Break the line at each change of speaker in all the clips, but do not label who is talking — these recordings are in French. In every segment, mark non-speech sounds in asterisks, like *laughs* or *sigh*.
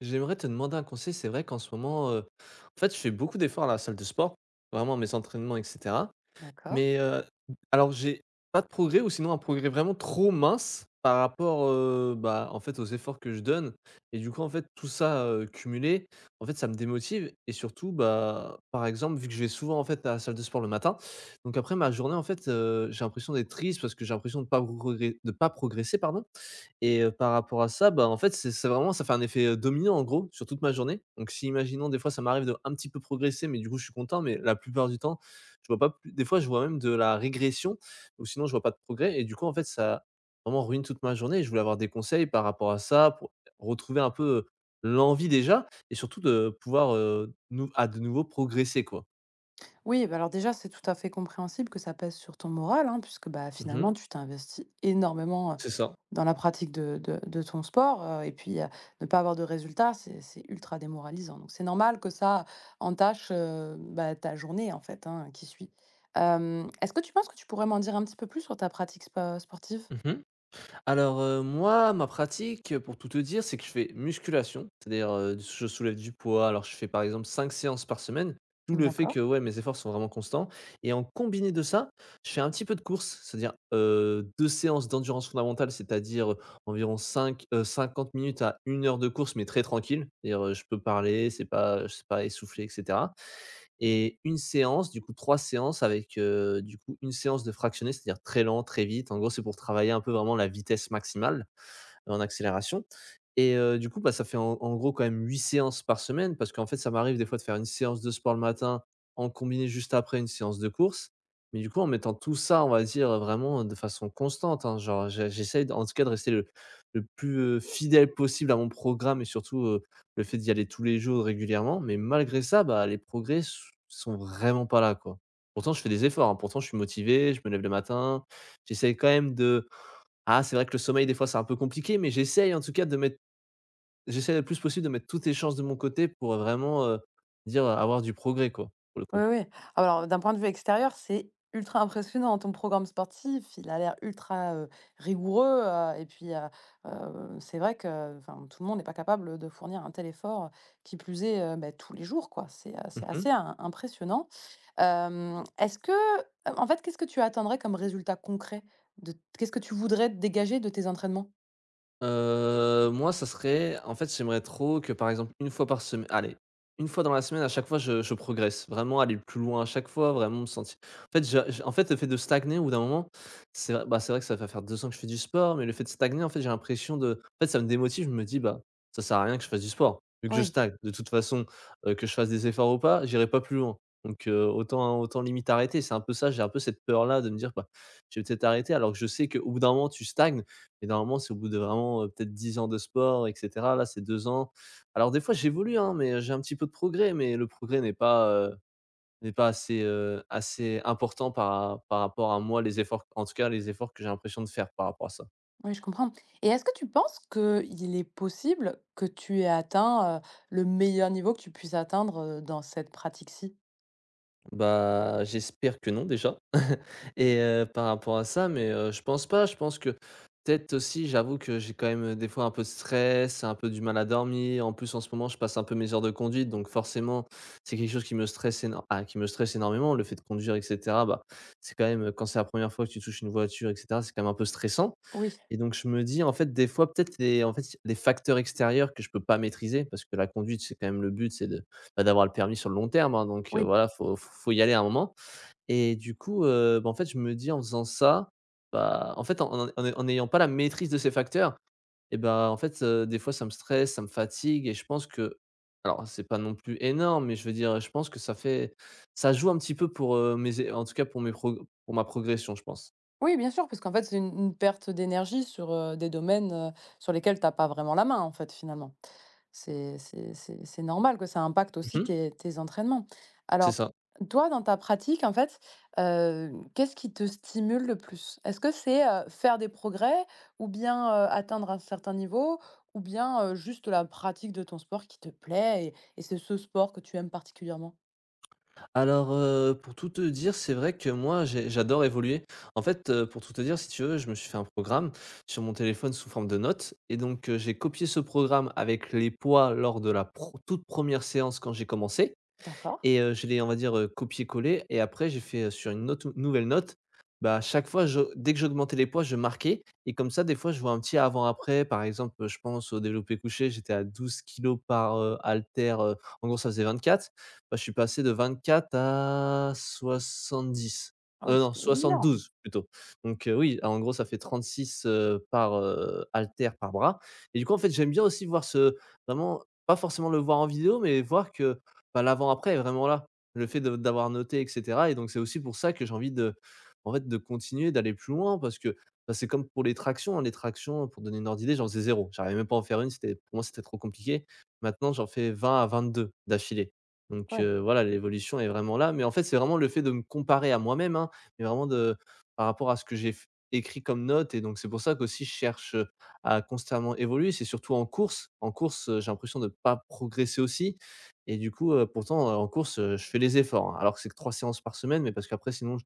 J'aimerais te demander un conseil. C'est vrai qu'en ce moment, en fait, je fais beaucoup d'efforts à la salle de sport, vraiment mes entraînements etc.
D'accord.
Mais, alors j'ai pas de progrès ou sinon un progrès vraiment trop mince par rapport, bah, en fait, aux efforts que je donne. Et du coup, en fait, tout ça, cumulé, en fait, ça me démotive. Et surtout, bah, par exemple, vu que je vais souvent, en fait, à la salle de sport le matin, donc après ma journée, en fait, j'ai l'impression d'être triste parce que j'ai l'impression de pas progré de pas progresser, pardon. Et par rapport à ça, bah, en fait, c'est vraiment, ça fait un effet, dominant, en gros, sur toute ma journée. Donc si imaginons des fois ça m'arrive de un petit peu progresser, mais du coup, je suis content, mais la plupart du temps, je vois pas plus, des fois, je vois même de la régression ou sinon je vois pas de progrès et du coup, en fait, ça vraiment ruine toute ma journée. Et je voulais avoir des conseils par rapport à ça pour retrouver un peu l'envie déjà et surtout de pouvoir, nou à de nouveau progresser, quoi.
Oui, bah, alors déjà, c'est tout à fait compréhensible que ça pèse sur ton moral, hein, puisque bah,
Mmh.
finalement, tu t'investis énormément
C'est ça.
dans la pratique de ton sport. Et puis, ne pas avoir de résultats, c'est ultra démoralisant. Donc, c'est normal que ça entache bah, ta journée, en fait, hein, qui suit. Est-ce que tu penses que tu pourrais m'en dire un petit peu plus sur ta pratique sportive?
Mmh. Alors, moi, ma pratique, pour tout te dire, c'est que je fais musculation, c'est-à-dire, je soulève du poids. Alors je fais par exemple 5 séances par semaine, d'où le fait que,
D'accord.
ouais, mes efforts sont vraiment constants. Et en combiné de ça, je fais un petit peu de course, c'est-à-dire, 2 séances d'endurance fondamentale, c'est-à-dire, environ 5 50 minutes à une heure de course, mais très tranquille. C'est-à-dire, je peux parler, c'est pas essoufflé etc. Et une séance, du coup 3 séances avec, du coup une séance de fractionné, c'est-à-dire très lent, très vite. En gros, c'est pour travailler un peu vraiment la vitesse maximale en accélération. Et du coup, bah, ça fait en gros quand même 8 séances par semaine parce qu'en fait, ça m'arrive des fois de faire une séance de sport le matin, en combiné juste après une séance de course. Mais du coup, en mettant tout ça, on va dire, vraiment de façon constante, hein, genre j'essaye d en tout cas de rester le plus, fidèle possible à mon programme et surtout, le fait d'y aller tous les jours régulièrement. Mais malgré ça, bah, les progrès s sont vraiment pas là, quoi. Pourtant je fais des efforts, hein, pourtant je suis motivé, je me lève le matin, j'essaye quand même de, ah, c'est vrai que le sommeil, des fois, c'est un peu compliqué, mais j'essaye en tout cas de mettre j'essaie le plus possible de mettre toutes les chances de mon côté pour, vraiment, dire, avoir du progrès quoi, pour le coup.
Oui, oui. Alors, d'un point de vue extérieur, c'est ultra impressionnant. Ton programme sportif, il a l'air ultra rigoureux. Et puis, c'est vrai que enfin, tout le monde n'est pas capable de fournir un tel effort, qui plus est ben, tous les jours, quoi. C'est
Mmh.
assez impressionnant. Est-ce que, en fait, qu'est-ce que tu attendrais comme résultat concret de, qu'est-ce que tu voudrais dégager de tes entraînements?
Moi, ça serait, en fait, j'aimerais trop que, par exemple, une fois par semaine allez, une fois dans la semaine, à chaque fois, je progresse. Vraiment aller plus loin à chaque fois, vraiment me sentir, en fait, le fait de stagner au bout d'un moment, c'est vrai que ça va faire 2 ans que je fais du sport, mais le fait de stagner, en fait, j'ai l'impression de en fait, ça me démotive. Je me dis: «Bah, ça sert à rien que je fasse du sport, vu que je stagne. De toute façon, que je fasse des efforts ou pas, j'irai pas plus loin. Donc autant hein, autant limite arrêter». C'est un peu ça, j'ai un peu cette peur-là de me dire: «Bah, je vais peut-être arrêter», alors que je sais qu'au bout d'un moment, tu stagnes et normalement, c'est au bout de vraiment, peut-être 10 ans de sport et cetera. Là, c'est 2 ans. Alors des fois, j'évolue, hein, mais j'ai un petit peu de progrès, mais le progrès n'est pas assez, assez important par rapport à moi, les efforts, en tout cas, les efforts que j'ai l'impression de faire par rapport à ça.
Oui, je comprends. Et est-ce que tu penses qu'il est possible que tu aies atteint, le meilleur niveau que tu puisses atteindre, dans cette pratique-ci?
Bah, j'espère que non déjà *laughs* et par rapport à ça, mais je pense pas. Je pense que peut-être aussi, j'avoue que j'ai quand même, des fois, un peu de stress, un peu du mal à dormir. En plus, en ce moment, je passe un peu mes heures de conduite, donc forcément, c'est quelque chose qui me stresse énormément. Le fait de conduire et cetera, bah, c'est quand même, quand c'est la première fois que tu touches une voiture et cetera, c'est quand même un peu stressant.
Oui,
Et donc je me dis, en fait, des fois, peut-être les facteurs extérieurs que je peux pas maîtriser, parce que la conduite, c'est quand même le but, c'est bah, d'avoir le permis sur le long terme, hein, donc
oui.
voilà, faut y aller à un moment. Et du coup, bah, en fait, je me dis en faisant ça, bah, en fait, en n'ayant pas la maîtrise de ces facteurs, et ben en fait, des fois ça me stresse, ça me fatigue et je pense que, alors c'est pas non plus énorme, mais je veux dire, je pense que ça joue un petit peu pour, mes é en tout cas pour mes prog pour ma progression, je pense.
Oui, bien sûr, parce qu'en fait, c'est une perte d'énergie sur, des domaines, sur lesquels t'as pas vraiment la main, en fait, finalement. C'est normal que ça impacte aussi
Mmh.
tes entraînements.
C'est
Alors,
ça.
toi, dans ta pratique, en fait, qu'est-ce qui te stimule le plus? Est-ce que c'est, faire des progrès ou bien, atteindre un certain niveau ou bien, juste la pratique de ton sport qui te plaît et c'est ce sport que tu aimes particulièrement?
Alors, pour tout te dire, c'est vrai que moi, j'adore évoluer. En fait, pour tout te dire, si tu veux, je me suis fait un programme sur mon téléphone sous forme de notes et donc, j'ai copié ce programme avec les poids lors de la pro toute première séance quand j'ai commencé
D'accord.
et je l'ai, on va dire, copié-collé et après j'ai fait, sur une autre nouvelle note, bah, à chaque fois je dès que j'augmentais les poids, je marquais et comme ça, des fois, je vois un petit avant-après. Par exemple, je pense au développé couché, j'étais à 12 kilos par, haltère, en gros, ça faisait 24. Bah, je suis passé de 24 à 70, non, soixante
Non.
douze plutôt. Donc oui, en gros, ça fait 36, par, haltère par bras. Et du coup, en fait, j'aime bien aussi voir ce vraiment pas forcément le voir en vidéo, mais voir que, bah, l'avant-après est vraiment là. Le fait de d'avoir noté et cetera, et donc c'est aussi pour ça que j'ai envie de en fait, de continuer, d'aller plus loin parce que, bah, c'est comme pour les tractions, hein. Les tractions, pour donner une ordre d'idée, j'en faisais zéro, j'arrivais même pas à en faire une, c'était pour moi, c'était trop compliqué. Maintenant, j'en fais 20 à 22 d'affilée. Donc
Ouais,
voilà, l'évolution est vraiment là. Mais en fait, c'est vraiment le fait de me comparer à moi-même, hein, mais vraiment de par rapport à ce que j'ai f écrit comme note, et donc c'est pour ça qu'aussi je cherche à constamment évoluer. C'est surtout en course. En course, j'ai l'impression de ne pas progresser aussi et du coup, pourtant, en course, je fais les efforts, hein, alors que c'est que 3 séances par semaine, mais parce qu'après sinon j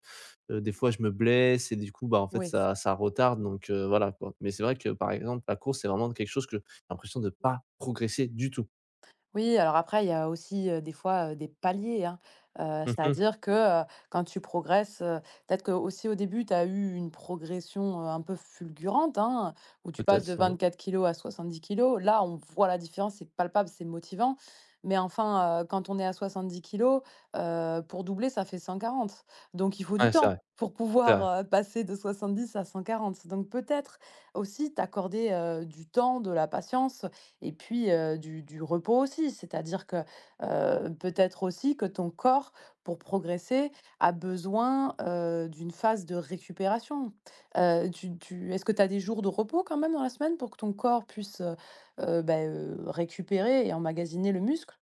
des fois je me blesse et du coup, bah, en fait
oui.
ça retarde, donc voilà quoi. Mais c'est vrai que par exemple la course, c'est vraiment quelque chose que j'ai l'impression de pas progresser du tout.
Oui, alors après, il y a aussi, des fois, des paliers, hein.
Mmh.
C'est-à-dire que, quand tu progresses, peut-être que aussi au début, tu as eu une progression, un peu fulgurante, hein, où tu passes
Peut-être,
de
ouais.
24 kg à 70 kg. Là, on voit la différence, c'est palpable, c'est motivant. Mais enfin, quand on est à 70 kg, pour doubler, ça fait 140. Donc il faut du
Ouais, c'est
temps
vrai,
pour
c'est vrai.
pouvoir, passer de 70 à 140. Donc peut-être aussi t'accorder, du temps, de la patience et puis, du repos aussi. C'est-à-dire que, peut-être aussi que ton corps, pour progresser, a besoin, d'une phase de récupération. Tu tu est-ce que tu as des jours de repos quand même dans la semaine pour que ton corps puisse, bah, récupérer et emmagasiner le muscle?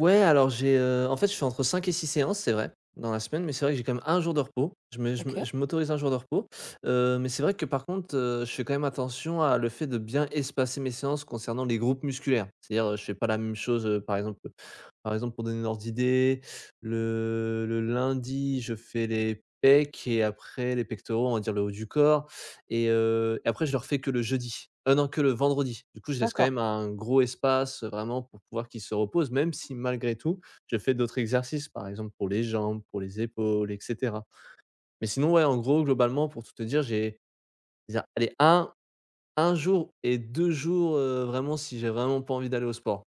Ouais, alors j'ai, en fait, je fais entre 5 et 6 séances, c'est vrai, dans la semaine, mais c'est vrai que j'ai quand même un jour de repos. Je me je me
OK.
je m'autorise un jour de repos, mais c'est vrai que, par contre, je fais quand même attention à le fait de bien espacer mes séances concernant les groupes musculaires. C'est-à-dire, je fais pas la même chose, par exemple, pour donner une ordre d'idée, le lundi, je fais les pecs et après les pectoraux, on va dire le haut du corps. Et après je le refais que le jeudi. Ah non, que le vendredi. Du coup, je laisse quand
D'accord,
même un gros espace, vraiment pour pouvoir qu'il se repose, même si malgré tout, je fais d'autres exercices, par exemple pour les jambes, pour les épaules, et cetera. Mais sinon, ouais, en gros, globalement, pour tout te dire, j'ai je allez, un 1 jour et 2 jours, vraiment si j'ai vraiment pas envie d'aller au sport,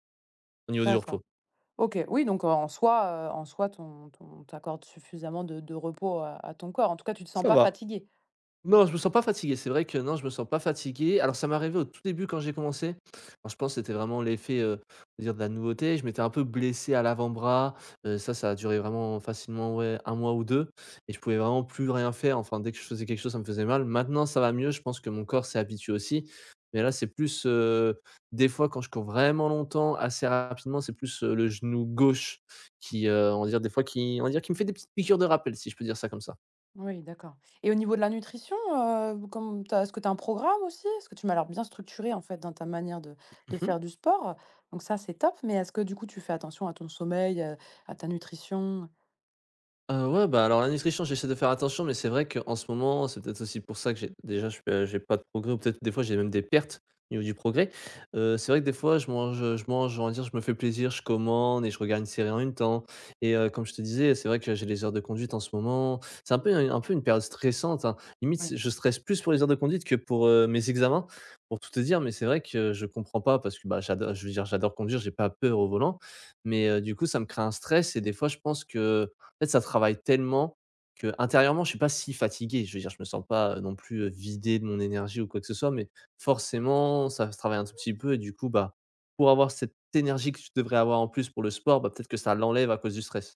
au niveau du repos.
d'accord. OK, oui, donc, en soi, ton ton tu accordes suffisamment de repos à ton corps. En tout cas, tu te sens
Ça
pas
va.
fatigué.
Non, je me sens pas fatigué. C'est vrai que non, je me sens pas fatigué. Alors ça m'est arrivé au tout début quand j'ai commencé. Alors, je pense que c'était vraiment l'effet, on va dire, de la nouveauté. Je m'étais un peu blessé à l'avant-bras, ça a duré vraiment facilement, ouais, 1 mois ou 2, et je pouvais vraiment plus rien faire. Enfin, dès que je faisais quelque chose, ça me faisait mal. Maintenant, ça va mieux. Je pense que mon corps s'est habitué aussi. Mais là, c'est plus, des fois quand je cours vraiment longtemps, assez rapidement, c'est plus, le genou gauche qui, on va dire, des fois qui, on va dire qui me fait des petites piqûres de rappel, si je peux dire ça comme ça.
Oui, d'accord. Et au niveau de la nutrition, comme tu est-ce que tu as un programme aussi? Est-ce que tu m'as l'air bien structuré en fait, dans ta manière de
Mmh.
faire du sport, donc ça, c'est top, mais est-ce que, du coup, tu fais attention à ton sommeil, à ta nutrition?
Ouais, bah, alors la nutrition, j'essaie de faire attention, mais c'est vrai qu'en ce moment, c'est peut-être aussi pour ça que j'ai déjà, j'ai pas de progrès ou peut-être des fois j'ai même des pertes au niveau du progrès. C'est vrai que des fois je mange, on va dire, je me fais plaisir, je commande et je regarde une série en même temps. Et comme je te disais, c'est vrai que j'ai les heures de conduite en ce moment. C'est un peu un peu une période stressante, hein. Limite, c'est, je stresse plus pour les heures de conduite que pour, mes examens, pour tout te dire, mais c'est vrai que je comprends pas parce que, bah, j'adore, je veux dire, j'adore conduire, j'ai pas peur au volant, mais du coup, ça me crée un stress et des fois je pense que ça travaille tellement que intérieurement, je suis pas si fatigué. Je veux dire, je me sens pas, non plus, vidé de mon énergie ou quoi que ce soit, mais forcément, ça se travaille un tout petit peu et du coup, bah, pour avoir cette énergie que tu devrais avoir en plus pour le sport, bah, peut-être que ça l'enlève à cause du stress.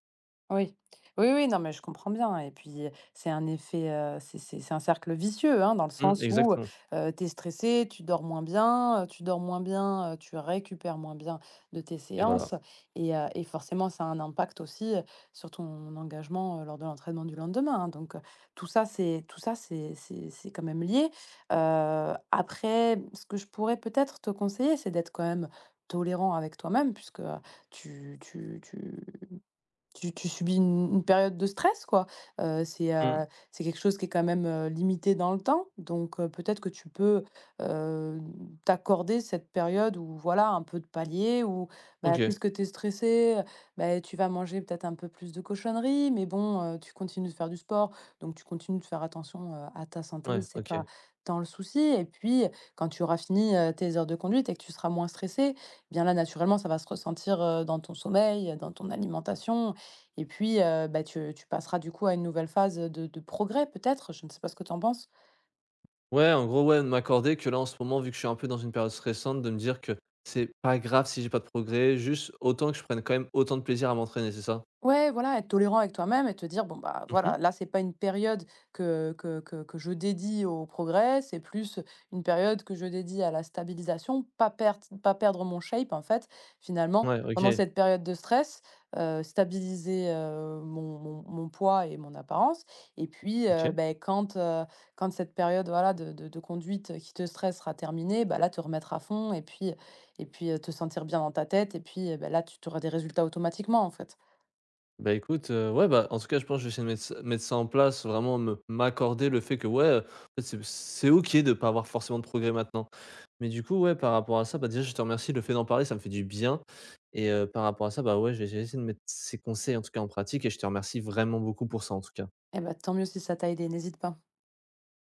Oui. Oui, oui, non, mais je comprends bien et puis, c'est un effet, c'est un cercle vicieux, hein, dans le
Mmh,
sens où,
exactement.
tu es stressé, tu dors moins bien, tu dors moins bien, tu récupères moins bien de tes
Et voilà.
séances et forcément ça a un impact aussi, sur ton engagement, lors de l'entraînement du lendemain, hein, donc tout ça c'est quand même lié. Après, ce que je pourrais peut-être te conseiller, c'est d'être quand même tolérant avec toi-même puisque, tu tu tu tu subis une période de stress, quoi. Heu, c'est,
Mmh,
heu, c'est quelque chose qui est quand même, limité dans le temps, donc peut-être que tu peux, heu, t'accorder cette période où voilà, un peu de palier où, bah,
OK.
puisque tu es stressé, bah, tu vas manger peut-être un peu plus de cochonneries, mais bon, tu continues de faire du sport, donc tu continues de faire attention, à ta santé,
Ouais,
c'est
OK.
pas tant le souci et puis, quand tu auras fini, tes heures de conduite et que tu seras moins stressé, eh bien là, naturellement, ça va se ressentir, dans ton sommeil, dans ton alimentation. Et puis, bah, tu passeras du coup à une nouvelle phase de progrès peut-être? Je ne sais pas ce que tu en penses?
Ouais, en gros, ouais, de m'accorder que là, en ce moment, vu que je suis un peu dans une période stressante, de me dire que c'est pas grave si j'ai pas de progrès, juste autant que je prenne quand même autant de plaisir à m'entraîner, c'est ça?
Ouais, voilà, être tolérant avec toi-même et te dire: «Bon, bah,
Mmh.
voilà, là, c'est pas une période que je dédie au progrès, c'est plus une période que je dédie à la stabilisation», pas perdre, pas perdre mon shape, en fait, finalement,
Ouais,
pendant
OK.
cette période de stress, stabiliser, mon poids et mon apparence et puis,
OK.
beh, quand, quand cette période, voilà, de de conduite qui te stresse sera terminée, bah, là, te remettre à fond et puis, te sentir bien dans ta tête et puis, bah, là, tu auras des résultats automatiquement, en fait.
Bah, écoute, ouais, bah, en tout cas, je pense que je vais essayer de mettre ça en place, vraiment me m'accorder le fait que, ouais, en fait, c'est OK de pas avoir forcément de progrès maintenant. Mais du coup, ouais, par rapport à ça, bah, déjà, je te remercie, le fait d'en parler, ça me fait du bien. Et par rapport à ça, bah, ouais, je vais essayer de mettre ces conseils, en tout cas, en pratique, et je te remercie vraiment beaucoup pour ça, en tout cas.
Eh ben tant mieux si ça t'a aidé. N'hésite pas.